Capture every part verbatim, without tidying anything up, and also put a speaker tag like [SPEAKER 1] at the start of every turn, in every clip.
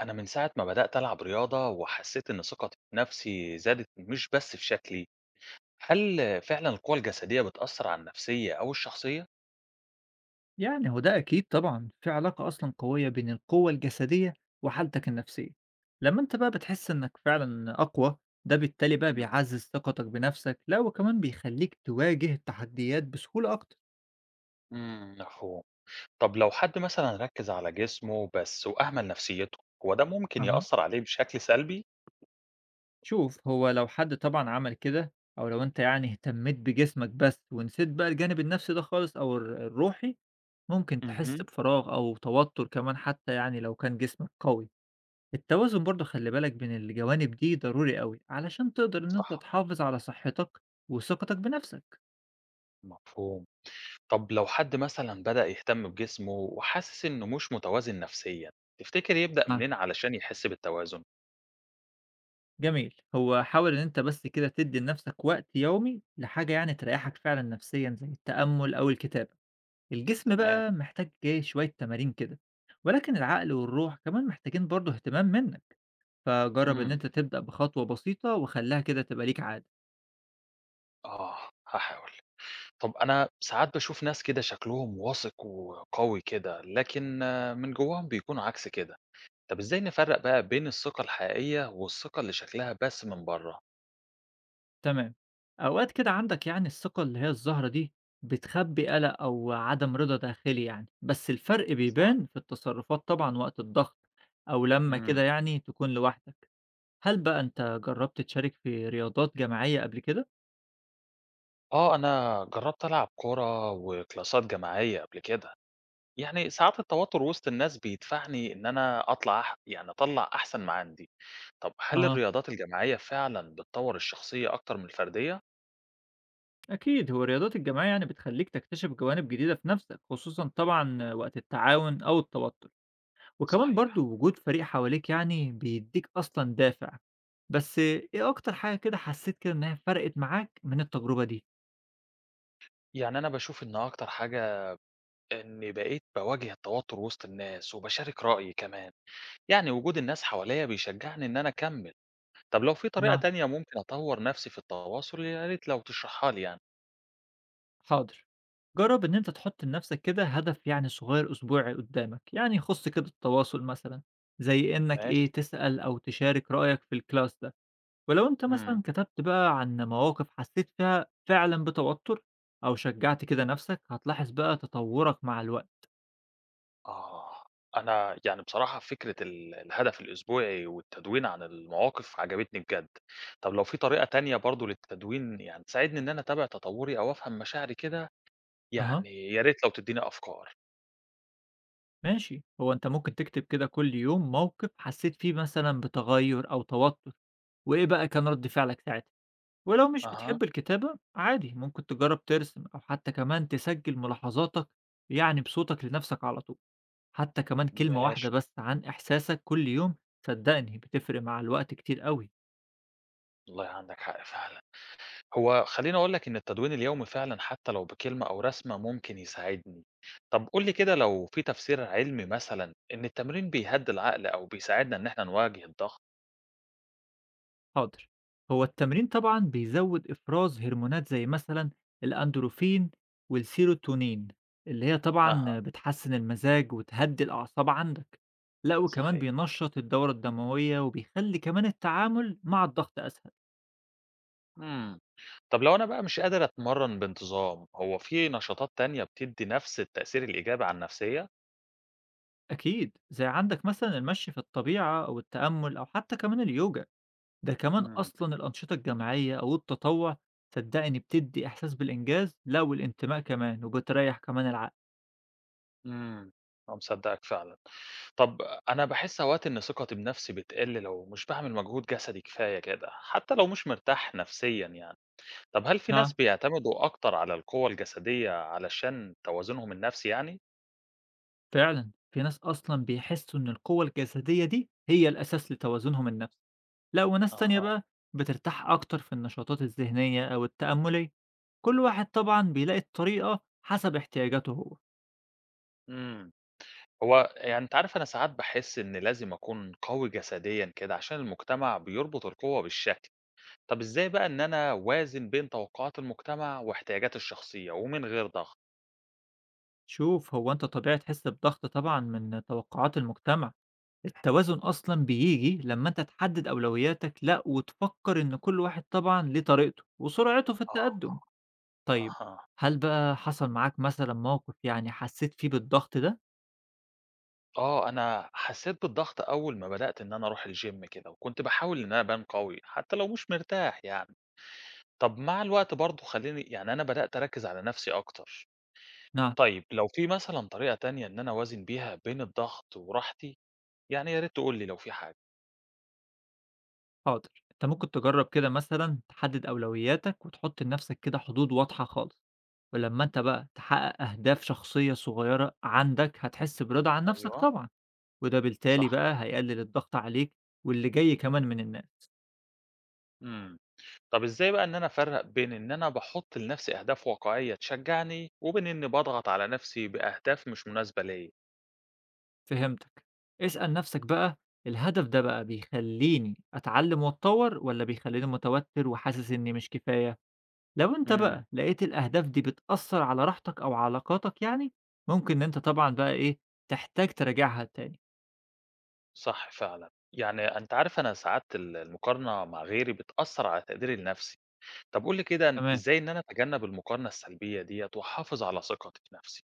[SPEAKER 1] أنا من ساعة ما بدأت ألعب رياضة وحسيت إن ثقتي في نفسي زادت مش بس في شكلي، هل فعلا القوة الجسدية بتأثر على النفسية أو الشخصية؟
[SPEAKER 2] يعني هو ده أكيد طبعًا، في علاقة أصلًا قوية بين القوة الجسدية وحالتك النفسية. لمّا أنت بقى بتحس إنك فعلًا أقوى، ده بالتالي بقى
[SPEAKER 1] مم.
[SPEAKER 2] بيعزّز ثقتك بنفسك، لأ وكمان بيخلّيك تواجه التحديات بسهولة أكتر.
[SPEAKER 1] امم مفهوم، طب لو حد مثلا ركز على جسمه بس وأهمل نفسيته، هو ده ممكن
[SPEAKER 2] أها.
[SPEAKER 1] يأثر عليه بشكل سلبي؟
[SPEAKER 2] شوف، هو لو حد طبعًا عمل كده أو لو أنت يعني اهتميت بجسمك بس ونسيت بقى الجانب النفسي ده خالص أو الر الروحي، ممكن تحس
[SPEAKER 1] مهم.
[SPEAKER 2] بفراغ أو توتر كمان حتى يعني لو كان جسمك قوي. التوازن برضه خلي بالك بين الجوانب دي ضروري قوي علشان تقدر إن أنت
[SPEAKER 1] صح.
[SPEAKER 2] تحافظ على صحتك وثقتك بنفسك.
[SPEAKER 1] مفهوم، طب لو حد مثلا بدأ يهتم بجسمه وحاسس إنه مش متوازن نفسيا، تفتكر يبدأ
[SPEAKER 2] نعم.
[SPEAKER 1] منين علشان يحس بالتوازن؟
[SPEAKER 2] جميل، هو حاول إن أنت بس كده تدي لنفسك وقت يومي لحاجة يعني تريحك فعلا نفسيا زي التأمل أو الكتابة. الجسم
[SPEAKER 1] تمام،
[SPEAKER 2] بقى محتاج إيه شوية تمارين كده، ولكن العقل والروح كمان محتاجين برضه اهتمام منك. فجرب إن
[SPEAKER 1] امم
[SPEAKER 2] أنت تبدأ بخطوة بسيطة وخليها كده تبقى ليك عادة.
[SPEAKER 1] آه هحاول. طب أنا ساعات باشوف ناس كده شكلهم واثق وقوي كده، لكن آه، من جواهم بيكونوا عكس كده، طب إزاي نفرّق بقى بين الثقة الحقيقية والثقة اللي شكلها بس من برّه؟
[SPEAKER 2] تمام. أوقات كده عندك يعني الثقة اللي هي الزهرة دي بتخبّي قَلَق أو عدم رضا داخلي يعني، بس الفرق
[SPEAKER 1] صح.
[SPEAKER 2] بيبان في التصرفات طبعًا وقت الضغط أو لمّا
[SPEAKER 1] إمم.
[SPEAKER 2] كده يعني تكون لوحدك. هل بقى أنت جرّبت تشارك في رياضات جماعية قبل كده؟
[SPEAKER 1] آه، أنا جرّبت ألعب كورة وكلاسات جماعية قبل كده، يعني ساعات التوتر وسط الناس بيدفعني إن أنا أطلع أح يعني أطلّع أحسن ما عندي، طب هل
[SPEAKER 2] أها،
[SPEAKER 1] الرياضات الجماعية فعلًا بتطوّر الشخصية أكتر من الفردية؟
[SPEAKER 2] أكيد. هو الرياضات الجماعية يعني بتخلّيك تكتشف جوانب جديدة في نَفْسك، خصوصًا طبعًا وقت التعاون أو التوتر. وكمان
[SPEAKER 1] صحيح.
[SPEAKER 2] برضو وجود فريق حواليك يعني بيديك أصلا دافع. بس إيه أكتر حاجة كده حسيت كده إنها فرقت معاك من التجربة دي؟
[SPEAKER 1] يعني أنا باشوف إن أكتر حاجة إني بقيت باواجه التوتر وسط الناس وباشارك رأيي كمان، يعني وجود الناس حواليّا بيشجعني إن أنا أكمل، طب لو في طريقة
[SPEAKER 2] نعم.
[SPEAKER 1] تانية ممكن أطوّر نفسي في التواصل يا ريت لو تشرحها لي يعني.
[SPEAKER 2] حاضر. جرب إن أنت تحط لنفسك كده هدف يعني صغير أسبوعي قدامك يعني يخص كده التواصل مثلا، زي إنك
[SPEAKER 1] ماشي،
[SPEAKER 2] إيه تسأل أو تشارك رأيك في الكلاس ده. ولو أنت
[SPEAKER 1] إمم.
[SPEAKER 2] مثلا كتبت بقى عن مواقف حسيت فيها فعلا بتوتر أو شجعت كده نفسك هتلاحظ بقى تطورك مع الوقت.
[SPEAKER 1] آه، أنا يعني بصراحة فكرة ال الهدف الأسبوعي والتدوين عن المواقف عجبتني بجد، طب لو في طريقة تانية برضه للتدوين يعني تساعدني إن أنا أتابع تطوري أو أفهم مشاعري كده،
[SPEAKER 2] أها.
[SPEAKER 1] يعني يا ريت لو تدّيني أفكار.
[SPEAKER 2] ماشي، هو أنت ممكن تكتب كده كل يوم موقف حسيت فيه مثلًا بتغيُّر أو توتُّر، وإيه بقى كان رَد فعلك ساعتها. ولو مش
[SPEAKER 1] أها،
[SPEAKER 2] بتحب الكتابة عادي ممكن تجرّب ترسم أو حتى كمان تسجّل ملاحظاتك يعني بصوتك لنَفْسك على طول، حتى كمان كلمة واحدة
[SPEAKER 1] ماشي،
[SPEAKER 2] بس عن إحساسك كل يوم. صدّقني بتفرق مع الوقت كتير أوي.
[SPEAKER 1] والله عندك حق فعلًا. هو خلّيني أقول لك إن التدوين اليومي فعلًا حتى لو بكلمة أو رسمة ممكن يساعدني. طب قُل لي كده لو في تفسير علمي مثلًا إن التمرين بيهدّي العقل أو بيساعدنا إن إحنا نواجه الضغط؟
[SPEAKER 2] حاضر. هو التمرين طبعا بيزود افراز هرمونات زي مثلا الاندروفين والسيروتونين اللي هي طبعا
[SPEAKER 1] أها،
[SPEAKER 2] بتحسن المزاج وتهدي الاعصاب عندك. لا وكمان
[SPEAKER 1] صحيح.
[SPEAKER 2] بينشط الدورة الدموية وبيخلي كمان التعامل مع الضغط اسهل.
[SPEAKER 1] إمم. طب لو أنا بقى مش قادر أتمرّن بانتظام، هو في نشاطات تانية بتدّي نفس التأثير الإيجابي على النفسية؟
[SPEAKER 2] اكيد، زي عندك مثلا المشي في الطبيعة او التأمل او حتى كمان اليوجا. ده كمان
[SPEAKER 1] إمم،
[SPEAKER 2] اصلا الانشطة الجماعية او التطوع، صدقني بتدي احساس بالانجاز، لا والانتماء كمان وبتريح كمان العقل.
[SPEAKER 1] إمم. آه، مصدّقك فعلًا. طب أنا باحس أوقات إن ثقتي بنفسي بتقِل لو مش باعمل مجهود جسدي كفاية كده، حتى لو مش مرتاح نفسيًا يعني. طب هل في ناس
[SPEAKER 2] نعم،
[SPEAKER 1] بيعتمدوا أكتر على القوة الجسدية علشان توازنهم النفسي يعني؟
[SPEAKER 2] فعلًا، في ناس أصلًا بيحسّوا إن القوة الجسدية دي هي الأساس لتوازنهم النفسي، لا وناس تانية
[SPEAKER 1] أها،
[SPEAKER 2] بقى بترتاح أكتر في النشاطات الذهنية أو التأمُّلية. كل واحد طبعًا بيلاقي الطريقة حسب احتياجاته هو.
[SPEAKER 1] إمم، هو يعني أنت عارف أنا ساعات باحس إن لازم أكون قوي جسديًا كده عشان المجتمع بيربط القوة بالشكل، طب إزاي بقى إن أنا أوازن بين توقعات المجتمع واحتياجاتي الشخصية ومن غير ضغط؟
[SPEAKER 2] شوف، هو أنت طبيعي تحس بضغط طبعًا من توقعات المجتمع، التوازن أصلًا بييجي لمّا أنت تحدد أولوياتك، لأ وتفكّر إن كل واحد طبعًا ليه طريقته وسرعته في
[SPEAKER 1] آه،
[SPEAKER 2] التقدُّم. طيب،
[SPEAKER 1] أها،
[SPEAKER 2] هل بقى حصل معاك مثلًا موقف يعني حسّيت فيه بالضغط ده؟
[SPEAKER 1] آه، أنا حسيت بالضغط أول ما بدأت إن أنا أروح الgym كده، وكنت باحاول إن أنا أبان قوي حتى لو مش مرتاح يعني، طب مع الوقت برضه خلّيني يعني أنا بدأت أركّز على نفسي أكتر.
[SPEAKER 2] نعم.
[SPEAKER 1] طيب لو في مثلًا طريقة تانية إن أنا أوازن بيها بين الضغط وراحتي، يعني يا ريت تقول لي لو في حاجة.
[SPEAKER 2] حاضر. انت ممكن تجرب كده مثلا تحدد اولوياتك وتحط لنفسك كده حدود واضحة خالص. ولما انت بقى تحقق اهداف شخصية صغيرة عندك هتحس برضا عن نفسك
[SPEAKER 1] أيوه،
[SPEAKER 2] طبعا، وده بالتالي
[SPEAKER 1] صح،
[SPEAKER 2] بقى هيقلل الضغط عليك واللي جاي كمان من الناس.
[SPEAKER 1] إمم. طب إزاي بقى إن أنا أفرّق بين إن أنا باحُط لنفسي أهداف واقعية تشجّعني، وبين إني باضغط على نفسي بأهداف مش مناسبة ليّا؟
[SPEAKER 2] فهمتك. اسأل نفسك بقى، الهدف ده بقى بيخليني اتعلم واتطور ولا بيخليني متوتر وحاسس اني مش كفاية؟ لو انت
[SPEAKER 1] إمم،
[SPEAKER 2] بقى لقيت الاهداف دي بتأثر على راحتك او علاقاتك يعني، ممكن ان انت طبعا بقى ايه تحتاج تراجعها تاني.
[SPEAKER 1] صح فعلًا. يعني أنت عارف أنا ساعات ال المقارنة مع غيري بتأثّر على تقديري لنفسي. طب قُل لي كده
[SPEAKER 2] تمام.
[SPEAKER 1] إزاي إن أنا أتجنّب المقارنة السلبية ديّة، وأحافظ على ثقتي في نفسي؟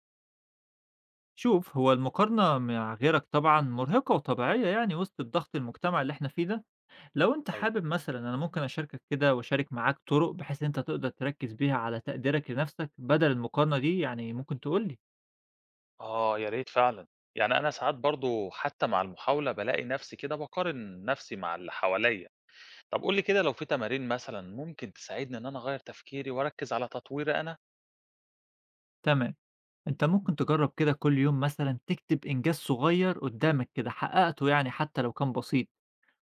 [SPEAKER 2] شوف، هو المقارنة مع غيرك طبعًا مرهقة وطبيعية يعني وسط الضغط المجتمع اللي إحنا فيه ده. لو أنت
[SPEAKER 1] أيوه.
[SPEAKER 2] حابب مثلًا أنا ممكن أشاركك كده وأشارك معاك طرق بحيث إن أنت تقدر تركّز بيها على تقديرك لنَفْسك بدل المقارنة دي، يعني ممكن تقول لي؟
[SPEAKER 1] آه، يا ريت فعلًا. يعني أنا ساعات برضه حتى مع المحاولة بالاقي نفسي كده باقارن نفسي مع اللي حواليّا. طب قُل لي كده لو في تمارين مثلًا ممكن تساعدني إن أنا أغيّر تفكيري وأركّز على تطويري أنا؟
[SPEAKER 2] تمام. أنت ممكن تجرّب كده كل يوم مثلًا تكتب إنجاز صغير قدّامك كده حققته يعني حتى لو كان بسيط.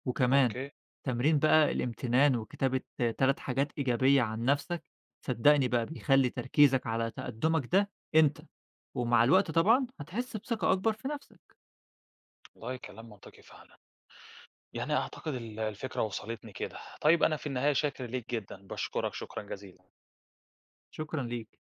[SPEAKER 2] وكمان
[SPEAKER 1] أوكي،
[SPEAKER 2] تمرين بقى الامتنان وكتابة 3 حاجات إيجابية عن نفسك، صدّقني بقى بيخلّي تركيزك على تقدُّمك ده أنت، ومع الوقت طبعًا هتحس بثقة أكبر في نفسك.
[SPEAKER 1] والله كلام منطقي فعلًا. يعني أعتقد ال الفكرة وصلتني كده. طيب أنا في النهاية شاكر ليك جدًا، باشكرك شكرًا جزيلًا.
[SPEAKER 2] شكرًا ليك.